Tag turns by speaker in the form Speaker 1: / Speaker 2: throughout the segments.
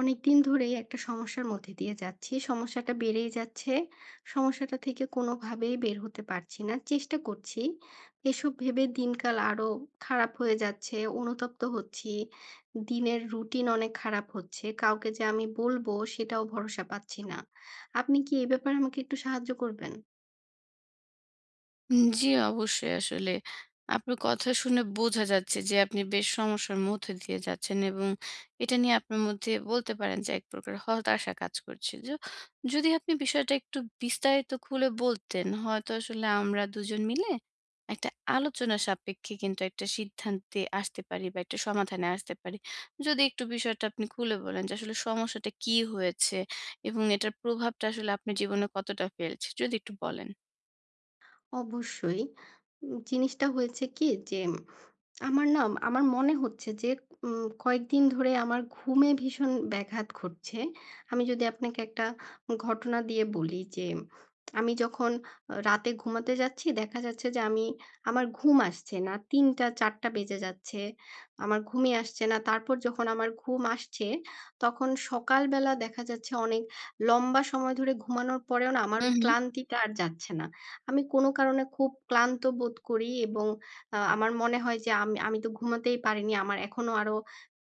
Speaker 1: অনেকদিন ধরেই একটা সমস্যার মধ্যে দিয়ে যাচ্ছি। সমস্যাটা বেড়েই যাচ্ছে। সমস্যাটা থেকে কোনোভাবেই বের হতে পারছি না। চেষ্টা করছি। এসব ভেবে দিনকাল আরো খারাপ হয়ে যাচ্ছে। অনুতপ্ত হচ্ছি। দিনের রুটিন অনেক খারাপ হচ্ছে। কাউকে যে আমি বলবো সেটাও ভরসা পাচ্ছি না। আপনি কি এই ব্যাপারে আমাকে একটু সাহায্য করবেন?
Speaker 2: জি, অবশ্যই আসলে আপনার কথা শুনে বোঝা যাচ্ছে যে আপনি বেশ সমস্যার মধ্যে দিয়ে যাচ্ছেন এবং এটা নিয়ে আপনার মধ্যে বলতে পারেন যে এক প্রকার হতাশা কাজ করছে। যদি আপনি বিষয়টা একটু বিস্তারিত খুলে বলতেন, হয়তো আসলে আমরা দুজন মিলে একটা আলোচনা সাপেক্ষে কিন্তু একটা সিদ্ধান্তে আসতে পারি বা একটা সমাধানে আসতে পারি। যদি একটু বিষয়টা আপনি খুলে বলেন যে আসলে সমস্যাটা কি হয়েছে এবং এটার প্রভাবটা আসলে আপনার জীবনে কতটা ফেলছে? যদি একটু বলেন।
Speaker 1: অবশ্যই। জিনিসটা হয়েছে কি যে আমার না আমার মনে হচ্ছে যে কয়েকদিন ধরে আমার ঘুমে ভীষণ ব্যাঘাত ঘটছে। আমি যদি আপনাকে একটা ঘটনা দিয়ে বলি যে, আমি যখন রাতে ঘুমাতে যাচ্ছি, দেখা যাচ্ছে যে আমার ঘুম আসছে না। ৩ঃ০০-৪ঃ০০ বেজে যাচ্ছে। আমার ঘুমই আসছে না। তারপর যখন আমার ঘুম আসছে, তখন সকালবেলা দেখা যাচ্ছে অনেক লম্বা সময় ধরে ঘুমানোর পরেও না আমার ওই
Speaker 2: হুম, হুম।
Speaker 1: ক্লান্তিটা আর যাচ্ছে না। আমি কোনো কারণে খুব ক্লান্ত বোধ করি এবং আমার মনে হয় যে আমি আমি তো ঘুমাতেই পারিনি। আমার এখনো আরো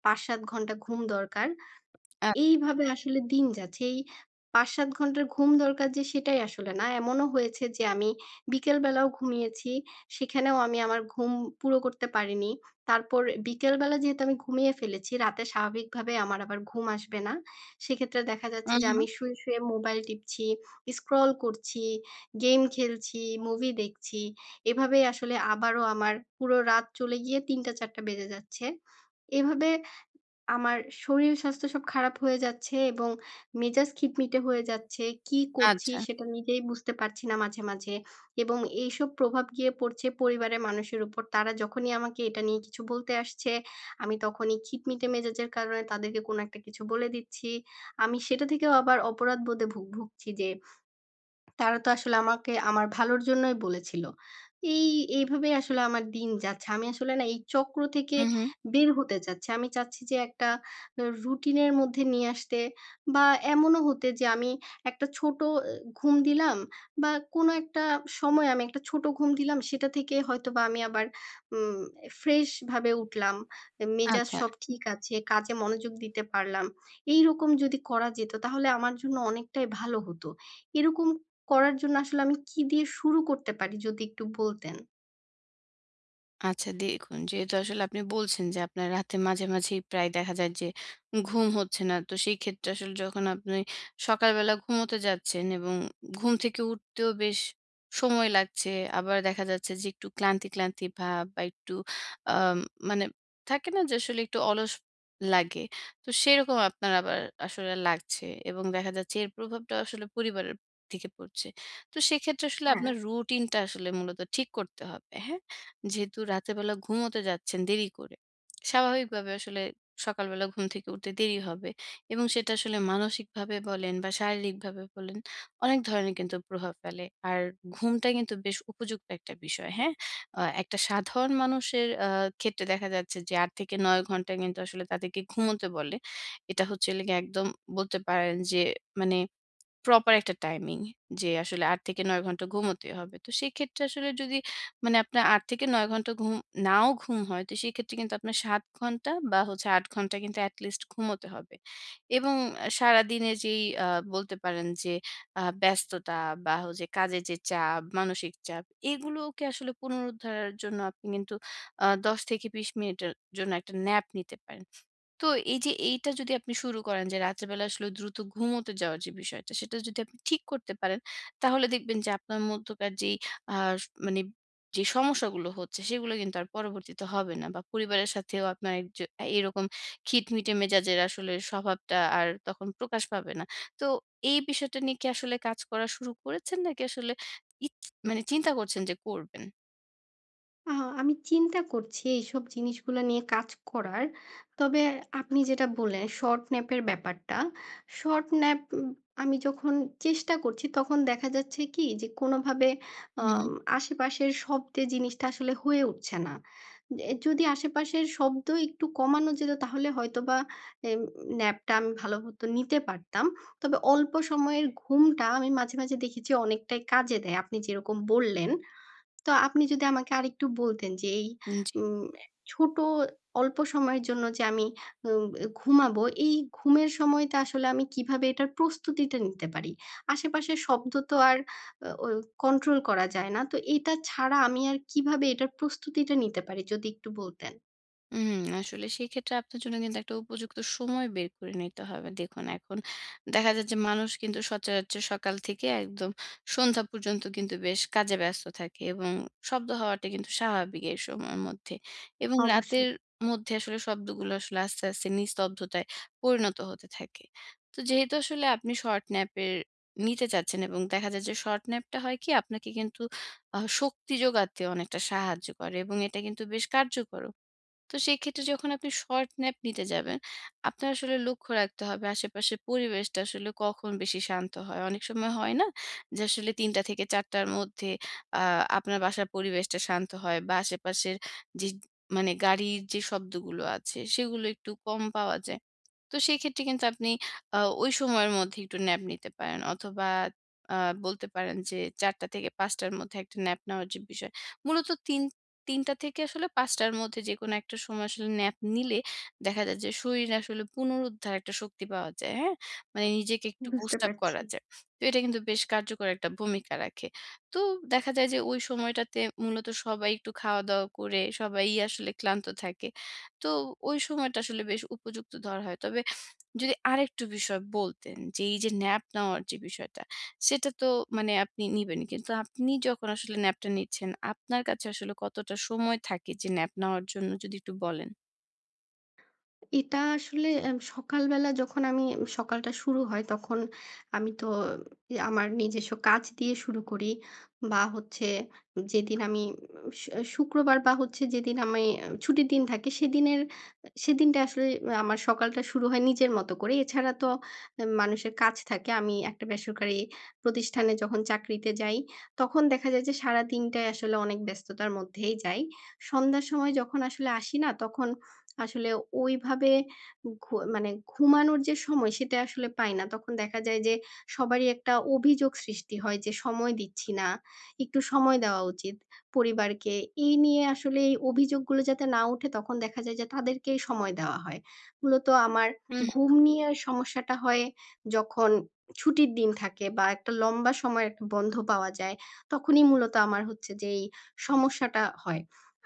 Speaker 1: ৫-৭ ঘন্টা ঘুম দরকার। এইভাবে আসলে দিন যাচ্ছে। এই ৫-৭ ঘন্টার ঘুম দরকার, যে সেটাই আসলে না। এমনও হয়েছে যে আমি বিকেল বেলাও ঘুমিয়েছি। সেখানেও আমি আমার ঘুম পুরো করতে পারিনি। তারপর বিকেল বেলা যেহেতু আমি ঘুমিয়ে ফেলেছি, রাতে স্বাভাবিকভাবে আমার আবার ঘুম আসবে না। সেক্ষেত্রে দেখা
Speaker 2: হু,
Speaker 1: যাচ্ছে যে
Speaker 2: হু।
Speaker 1: আমি শুয়ে, শুয়ে মোবাইল টিপছি, স্ক্রল করছি, গেম খেলছি, মুভি দেখছি। এভাবেই আসলে আবারও আমার পুরো রাত চলে গিয়ে ৩টা ৪টা বেজে যাচ্ছে। এভাবে আমার শরীর স্বাস্থ্য সব খারাপ হয়ে যাচ্ছে এবং মেজাজ খিটমিটে হয়ে যাচ্ছে। কি করছি
Speaker 2: আচ্ছা।
Speaker 1: সেটা নিজেই বুঝতে পারছি না মাঝে, মাঝে। এবং এইসব প্রভাব গিয়ে পড়ছে পরিবারের মানুষের উপর। তারা যখনই আমাকে এটা নিয়ে কিছু বলতে আসছে, আমি তখনই খিটমিটে মেজাজের কারণে তাদেরকে কোনো একটা কিছু বলে দিচ্ছি। আমি সেটা থেকেও আবার অপরাধবোধে ভুগছি যে তারা তো আসলে আমাকে আমার ভালোর জন্যই বলেছিল। এই এইভাবেই আসলে আমার দিন যাচ্ছে। আমি আসলে না এই চক্র থেকে
Speaker 2: হু, হু।
Speaker 1: বের হতে চাচ্ছি। আমি চাচ্ছি যে একটা রুটিনের মধ্যে নিয়ে আসতে, বা এমনও হতে যে আমি একটা ছোট এ ঘুম দিলাম, বা কোনো একটা সময় আমি একটা ছোট ঘুম দিলাম সেটা থেকে হয়তোবা আমি আবার উম ফ্রেশ ভাবে উঠলাম। মেজাজ
Speaker 2: আচ্ছা।
Speaker 1: সব ঠিক আছে, কাজে মনোযোগ দিতে পারলাম। এইরকম যদি করা যেত তাহলে আমার জন্য অনেকটাই ভালো হতো। এরকম করার জন্য আসলে আমি কি দিয়ে শুরু করতে পারি, যদি একটু বলতেন?
Speaker 2: আচ্ছা, দেখুন যেহেতু আসলে আপনি বলছেন যে আপনার রাতে মাঝে মাঝেই প্রায় দেখা যায় যে ঘুম হচ্ছে না, তো সেই ক্ষেত্রে আসলে যখন আপনি সকালবেলা ঘুমোতে যাচ্ছেন এবং ঘুম থেকে উঠতেও বেশ সময় লাগছে, আবার দেখা যাচ্ছে যে একটু ক্লান্তি ক্লান্তি ভাব বা একটু আহ মানে থাকে না যে আসলে একটু অলস লাগে, তো সেরকম আপনার আবার আসলে লাগছে এবং দেখা যাচ্ছে এর প্রভাবটা আসলে পরিবারের থেকে পড়ছে। তো সেক্ষেত্রে আসলে
Speaker 1: হ্যাঁ,
Speaker 2: আপনার রুটিনটা আসলে মূলত ঠিক করতে হবে, হ্যাঁ? যেহেতু রাতের বেলা ঘুমোতে যাচ্ছেন দেরি করে, স্বাভাবিকভাবে আসলে সকালবেলা ঘুম থেকে উঠতে দেরি হবে এবং সেটা আসলে মানসিকভাবে বলেন বা শারীরিকভাবে বলেন, অনেক ধরনের কিন্তু প্রভাব ফেলে। আর ঘুমটা কিন্তু বেশ উপযুক্ত একটা বিষয়, হ্যাঁ? একটা সাধারণ মানুষের ক্ষেত্রে দেখা যাচ্ছে যে ৮ থেকে ৯ ঘন্টা কিন্তু আসলে তাদেরকে ঘুমোতে বলে। এটা হচ্ছে হলো গিয়ে একদম বলতে পারেন যে মানে প্রপার একটা টাইমিং যে আসলে ৮ থেকে ৯ ঘন্টা ঘুমোতে হবে। তো সেক্ষেত্রে আসলে যদি মানে আপনার ৮ থেকে ৯ ঘন্টা ঘুম নাও ঘুম হয়, তো সেক্ষেত্রে কিন্তু আপনার ৭ ঘন্টা বা হচ্ছে ৮ ঘন্টা কিন্তু এটি লিস্ট ঘুমোতে হবে। এবং সারাদিনের যেই বলতে পারেন যে ব্যস্ততা বা হচ্ছে কাজের যে চাপ, মানসিক চাপ, এগুলোকে আসলে পুনরুদ্ধারের জন্য আপনি কিন্তু ১০ থেকে ২০ মিনিটের জন্য একটা ন্যাপ নিতে পারেন। তো এই যে এইটা যদি আপনি শুরু করেন যে রাতের বেলা আসলে দ্রুত ঘুমোতে যাওয়ার যে বিষয়টা সেটা যদি আপনি ঠিক করতে পারেন, তাহলে দেখবেন যে আপনার মধ্যকার যেই আহ, মানে যে সমস্যাগুলো হচ্ছে সেগুলো কিন্তু আর পরবর্তীতে হবে না, বা পরিবারের সাথেও আপনার এক এরকম খিটমিটে মেজাজের আসলে স্বভাবটা আর তখন প্রকাশ পাবে না। তো এই বিষয়টা নিয়ে কি আসলে কাজ করা শুরু করেছেন নাকি আসলে মানে চিন্তা করছেন যে করবেন?
Speaker 1: আ আমি চিন্তা করছি এইসব জিনিসগুলা নিয়ে কাজ করার। তবে আপনি যেটা বললেন, শর্ট ন্যাপের ব্যাপারটা, শর্ট ন্যাপ, আমি যখন চেষ্টা করছি তখন দেখা যাচ্ছে কি যে কোনোভাবে
Speaker 2: হুম।
Speaker 1: আম আশেপাশের শব্দে জিনিসটা আসলে হয়ে উঠছে না। যদি আশেপাশের শব্দ একটু কমানো যেত তাহলে হয়তোবা এম ন্যাপটা আমি ভালো মতো নিতে পারতাম। তবে অল্প সময়ের ঘুমটা আমি মাঝে, মাঝে দেখেছি অনেকটাই কাজে দেয়। আপনি যেরকম বললেন। তো আপনি যদি আমাকে আরেকটু বলতেন যে এই
Speaker 2: হুম।
Speaker 1: উম ছোট অল্প সময়ের জন্য যে আমি উম ঘুমাবো, এই ঘুমের সময়টা আসলে আমি কিভাবে এটার প্রস্তুতিটা নিতে পারি? আশেপাশের শব্দ তো আর আ ও কন্ট্রোল করা যায় না। তো এটা ছাড়া আমি আর কিভাবে এটার প্রস্তুতিটা নিতে পারি? যদি একটু বলতেন।
Speaker 2: হুম, আসলে সেক্ষেত্রে আপনার জন্য কিন্তু একটা উপযুক্ত সময় বের করে নিতে হবে। দেখুন, এখন দেখা যায় যে মানুষ কিন্তু সচরাচর সকাল থেকে একদম সন্ধ্যা পর্যন্ত কিন্তু বেশ কাজে ব্যস্ত থাকে এবং শব্দ হওয়াটা কিন্তু স্বাভাবিক এই সময়ের মধ্যে। এবং রাতের
Speaker 1: অবশ্যই,
Speaker 2: মধ্যে আসলে শব্দগুলো আসলে আস্তে, আস্তে নিস্তব্ধতায় পরিণত হতে থাকে। তো যেহেতু আসলে আপনি শর্ট ন্যাপের নিতে চাচ্ছেন এবং দেখা যায় যে শর্ট ন্যাপটা হয় কি আপনাকে কিন্তু শক্তি যোগাতে অনেকটা সাহায্য করে এবং এটা কিন্তু বেশ কার্যকরও। তো সেক্ষেত্রে যখন আপনি শর্ট ন্যাপ নিতে যাবেন, আপনার আসলে লক্ষ্য রাখতে হবে আশেপাশের পরিবেশটা আসলে কখন বেশি শান্ত হয়। অনেক সময় হয় না? যে আসলে ৩টা থেকে ৪টা র মধ্যে আ আপনার বাসার পরিবেশটা শান্ত হয় বা আশেপাশের যে মানে গাড়ির যে শব্দগুলো আছে সেগুলো একটু কম পাওয়া যায়। তো সেক্ষেত্রে কিন্তু আপনি আ ওই সময়ের মধ্যে একটু ন্যাপ নিতে পারেন। অথবা আ বলতে পারেন যে ৪টা থেকে ৫টা র মধ্যে একটা ন্যাপ নেওয়ার যে বিষয়। মূলত ৩ টা থেকে আসলে ৫টা র মধ্যে যেকোনো একটা সময় আসলে ন্যাপ নিলে দেখা যায় যে শরীর আসলে পুনরুদ্ধার একটা শক্তি পাওয়া যায়, হ্যাঁ? মানে নিজেকে একটু
Speaker 1: বুঝতে
Speaker 2: বুস্ট আপ
Speaker 1: পারছি।
Speaker 2: করা যায়। তো এটা কিন্তু বেশ কার্যকর একটা ভূমিকা রাখে। তো দেখা যায় যে ওই সময়টাতে মূলত সবাই একটু খাওয়া-দাওয়া করে সবাই আসলে ক্লান্ত থাকে। তো ওই সময়টা আসলে বেশ উপযুক্ত ধরা হয়। তবে যদি আরেকটু বিষয় বলতেন যে এই যে ন্যাপ নেওয়ার যে বিষয়টা সেটা তো মানে আপনি নিবেন, কিন্তু আপনি যখন আসলে ন্যাপটা নিচ্ছেন আপনার কাছে আসলে কতটা সময় থাকে যে ন্যাপ নেওয়ার জন্য, যদি একটু বলেন।
Speaker 1: এটা আসলে সকালবেলা যখন আমি সকালটা শুরু হয় তখন আমি তো আমার নিজস্ব কাজ দিয়ে শুরু করি, বা হচ্ছে যেদিন আমি শ শুক্রবার বা হচ্ছে যেদিন আমি ছুটির দিন থাকে সেদিনের সেদিনটা আসলে আমার সকালটা শুরু হয় নিজের মতো করে। এছাড়া তো মানুষের কাজ থাকে। আমি একটা বেসরকারি প্রতিষ্ঠানে যখন চাকরিতে যাই তখন দেখা যায় যে সারাদিনটাই আসলে অনেক ব্যস্ততার মধ্যেই যাই। সন্ধ্যার সময় যখন আসলে আসি না তখন আসলে ওইভাবে মানে ঘুমানোর যে সময়, সেটা আসলে পাই না। তখন দেখা যায় যে সবারই একটা অভিযোগ সৃষ্টি হয় যে সময় দিচ্ছি না। একটু সময় দেওয়া উচিত পরিবারকে। এই নিয়ে আসলে এই অভিযোগগুলো যাতে না উঠে, তখন দেখা যায় যে তাদেরকেই সময় দেওয়া হয়। মূলত আমার
Speaker 2: হুম।
Speaker 1: ঘুম নিয়ে সমস্যাটা হয় যখন ছুটির দিন থাকে, বা একটা লম্বা সময়ের একটা বন্ধ পাওয়া যায়। তখনই মূলত আমার হচ্ছে যে এই সমস্যাটা হয়।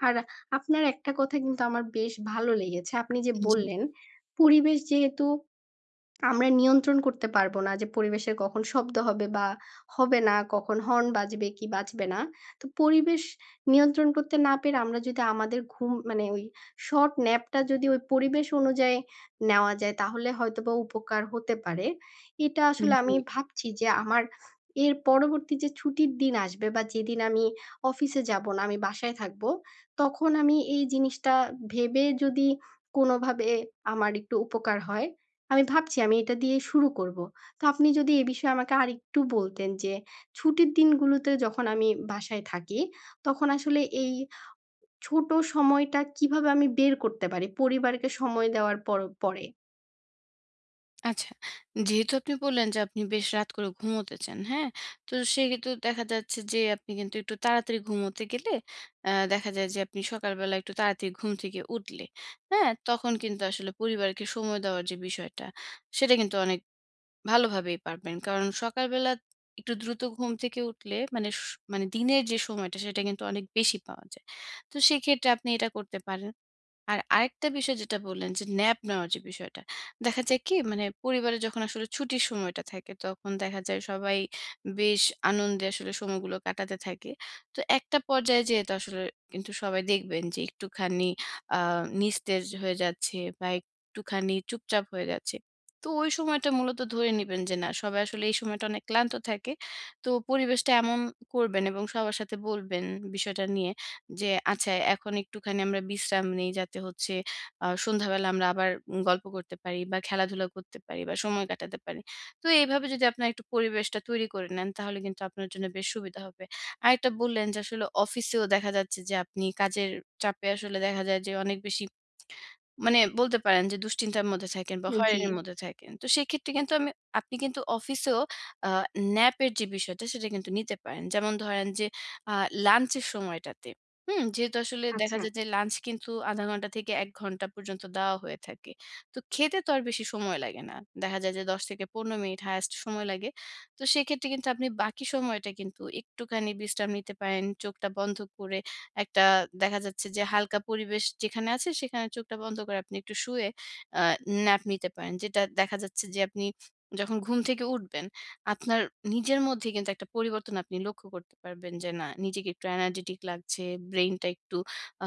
Speaker 1: আর আপনার একটা কথা কিন্তু আমার বেশ ভালো লেগেছে। আপনি যে
Speaker 2: জি।
Speaker 1: বললেন, পরিবেশ যেহেতু আমরা নিয়ন্ত্রণ করতে পারব না, যে পরিবেশের কখন শব্দ হবে বা হবে না, কখন হর্ন বাজবে কি বাজবে না। তো পরিবেশ নিয়ন্ত্রণ করতে না পেরে আমরা যদি আমাদের ঘুম মানে ওই শর্ট ন্যাপটা যদি ওই পরিবেশ অনুযায়ী নেওয়া যায় তাহলে হয়তোবা উপকার হতে পারে। এটা আসলে
Speaker 2: জি।
Speaker 1: আমি ভাবছি যে আমার এর পরবর্তী যে ছুটির দিন আসবে, বা যেদিন আমি অফিসে যাব না, আমি বাসায় থাকব। তখন আমি এই জিনিসটা ভেবে যদি কোনোভাবে আমার একটু উপকার হয়, আমি ভাবছি আমি এটা দিয়ে শুরু করব। তো আপনি যদি এ বিষয়ে আমাকে আরেকটু বলতেন যে, ছুটির দিনগুলোতে যখন আমি বাসায় থাকি, তখন আসলে এই ছোট সময়টা কিভাবে আমি বের করতে পারি পরিবারকে সময় দেওয়ার পর পরে?
Speaker 2: আচ্ছা, যেহেতু আপনি বললেন যে আপনি বেশ রাত করে ঘুমোতে চান, হ্যাঁ, তো সেহেতু দেখা যাচ্ছে যে আপনি কিন্তু একটু তাড়াতাড়ি ঘুমোতে গেলে, আহ, দেখা যায় যে আপনি সকালবেলা একটু তাড়াতাড়ি ঘুম থেকে উঠলে, হ্যাঁ, তখন কিন্তু আসলে পরিবারকে সময় দেওয়ার যে বিষয়টা সেটা কিন্তু অনেক ভালোভাবেই পারবেন। কারণ সকালবেলা একটু দ্রুত ঘুম থেকে উঠলে মানে দিনের যে সময়টা সেটা কিন্তু অনেক বেশি পাওয়া যায়। তো সেক্ষেত্রে আপনি এটা করতে পারেন। আর আরেকটা বিষয় যেটা বললেন যে ন্যাপ নেওয়ার যে বিষয়টা। দেখা যায় কি, মানে পরিবারে যখন আসলে ছুটির সময়টা থাকে তখন দেখা যায় সবাই বেশ আনন্দে আসলে সময়গুলো কাটাতে থাকে। তো একটা পর্যায়ে যেয়ে তো আসলে কিন্তু সবাই দেখবেন যে একটুখানি আ নিস্তেজ হয়ে যাচ্ছে বা একটুখানি চুপচাপ হয়ে যাচ্ছে। তো ওই সময়টা মূলত ধরে নিবেন যে না, সবাই আসলে এই সময়টা অনেক ক্লান্ত থাকে। তো পরিবেশটা এমন করবেন এবং সবার সাথে বলবেন বিষয়টা নিয়ে যে আচ্ছা, এখন একটুখানি আমরা বিশ্রাম নেই যাতে হচ্ছে সন্ধ্যাবেলা আমরা আবার গল্প করতে পারি বা খেলাধুলা করতে পারি বা সময় কাটাতে পারি। তো এইভাবে যদি আপনারা একটু পরিবেশটা তৈরি করে নেন তাহলে কিন্তু আপনার জন্য বেশ সুবিধা হবে। আরেকটা বললেন যে আসলে অফিসেও দেখা যাচ্ছে যে আপনি কাজের চাপে আসলে দেখা যায় যে অনেক বেশি মানে বলতে পারেন যে দুশ্চিন্তার মধ্যে থাকেন বা
Speaker 1: জি।
Speaker 2: হয়রানির মধ্যে থাকেন। তো সেক্ষেত্রে কিন্তু আমি আপনি কিন্তু অফিসেও আ ন্যাপের যে বিষয়টা সেটা কিন্তু নিতে পারেন। যেমন ধরেন যে আ লাঞ্চের সময়টাতে, হুম? যেহেতু আসলে দেখা
Speaker 1: আচ্ছা।
Speaker 2: যায় যে লাঞ্চ কিন্তু ০.৫ ঘন্টা থেকে ১ ঘন্টা পর্যন্ত দেওয়া হয়ে থাকে। তো খেতে তো আর বেশি সময় লাগে না। দেখা যায় যে ১০ থেকে ১৫ মিনিট হাইয়েস্ট সময় লাগে। তো সেক্ষেত্রে কিন্তু আপনি বাকি সময়টা কিন্তু একটুখানি বিশ্রাম নিতে পারেন, চোখটা বন্ধ করে একটা দেখা যাচ্ছে যে হালকা পরিবেশ যেখানে আছে সেখানে চোখটা বন্ধ করে আপনি একটু শুয়ে আ ন্যাপ নিতে পারেন। যেটা দেখা যাচ্ছে যে আপনি যখন ঘুম থেকে উঠবেন, আপনার নিজের মধ্যে কিন্তু একটা পরিবর্তন আপনি লক্ষ্য করতে পারবেন যে না, নিজেকে একটু এনার্জেটিক লাগছে, ব্রেইনটা একটু আ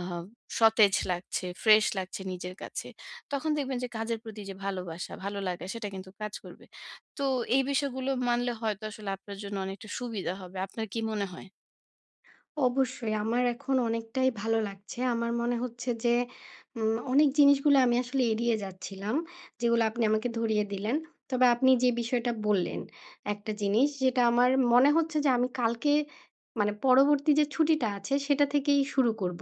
Speaker 2: সতেজ লাগছে, ফ্রেশ লাগছে নিজের কাছে। তখন দেখবেন যে কাজের প্রতি যে ভালোবাসা, ভালো লাগা সেটা কিন্তু কাজ করবে। তো এই বিষয়গুলো মানলে হয়তো আসলে আপনার জন্য অনেকটা সুবিধা হবে। আপনার কি মনে হয়?
Speaker 1: অবশ্যই আমার এখন অনেকটাই ভালো লাগছে। আমার মনে হচ্ছে যে অনেক জিনিসগুলো আমি আসলে এড়িয়ে যাচ্ছিলাম, যেগুলো আপনি আমাকে ধরিয়ে দিলেন। তবে আপনি যে বিষয়টা বললেন, একটা জিনিস যেটা আমার মনে হচ্ছে যে আমি কালকে মানে পরবর্তী যে ছুটিটা আছে সেটা থেকেই শুরু করব।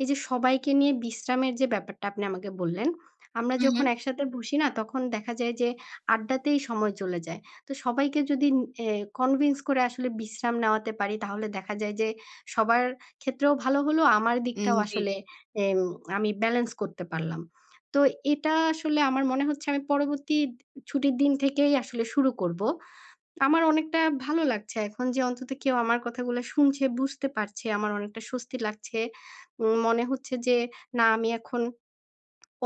Speaker 1: এই যে সবাইকে নিয়ে বিশ্রামের যে ব্যাপারটা আপনি আমাকে বললেন, আমরা
Speaker 2: হু, হু।
Speaker 1: যখন একসাথে বসি না তখন দেখা যায় যে আড্ডাতেই সময় চলে যায়। তো সবাইকে যদি এ কনভিন্স করে আসলে বিশ্রাম নেওয়াতে পারি তাহলে দেখা যায় যে সবার ক্ষেত্রেও ভালো হলো, আমার দিকটাও
Speaker 2: জি,
Speaker 1: আসলে এম আমি ব্যালেন্স করতে পারলাম। তো এটা আসলে আমার মনে হচ্ছে আমি পরবর্তী ছুটির দিন থেকেই আসলে শুরু করব। আমার অনেকটা ভালো লাগছে এখন, যে অন্তত কেউ আমার কথাগুলো শুনছে, বুঝতে পারছে। আমার অনেকটা স্বস্তি লাগছে। মনে হচ্ছে যে না আমি এখন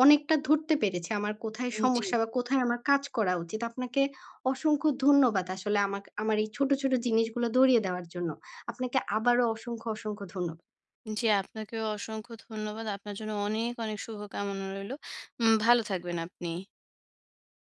Speaker 1: অনেকটা ধরতে পেরেছি আমার কোথায়
Speaker 2: জি।
Speaker 1: সমস্যা বা কোথায় আমার কাজ করা উচিত। আপনাকে অসংখ্য ধন্যবাদ আসলে আমার এই ছোট, ছোট জিনিসগুলো ধরিয়ে দেওয়ার জন্য। আপনাকে আবারও অসংখ্য, অসংখ্য
Speaker 2: জি, আপনাকেও অসংখ্য ধন্যবাদ। আপনার জন্য অনেক, অনেক শুভকামনা রইলো। ভালো থাকবেন আপনি।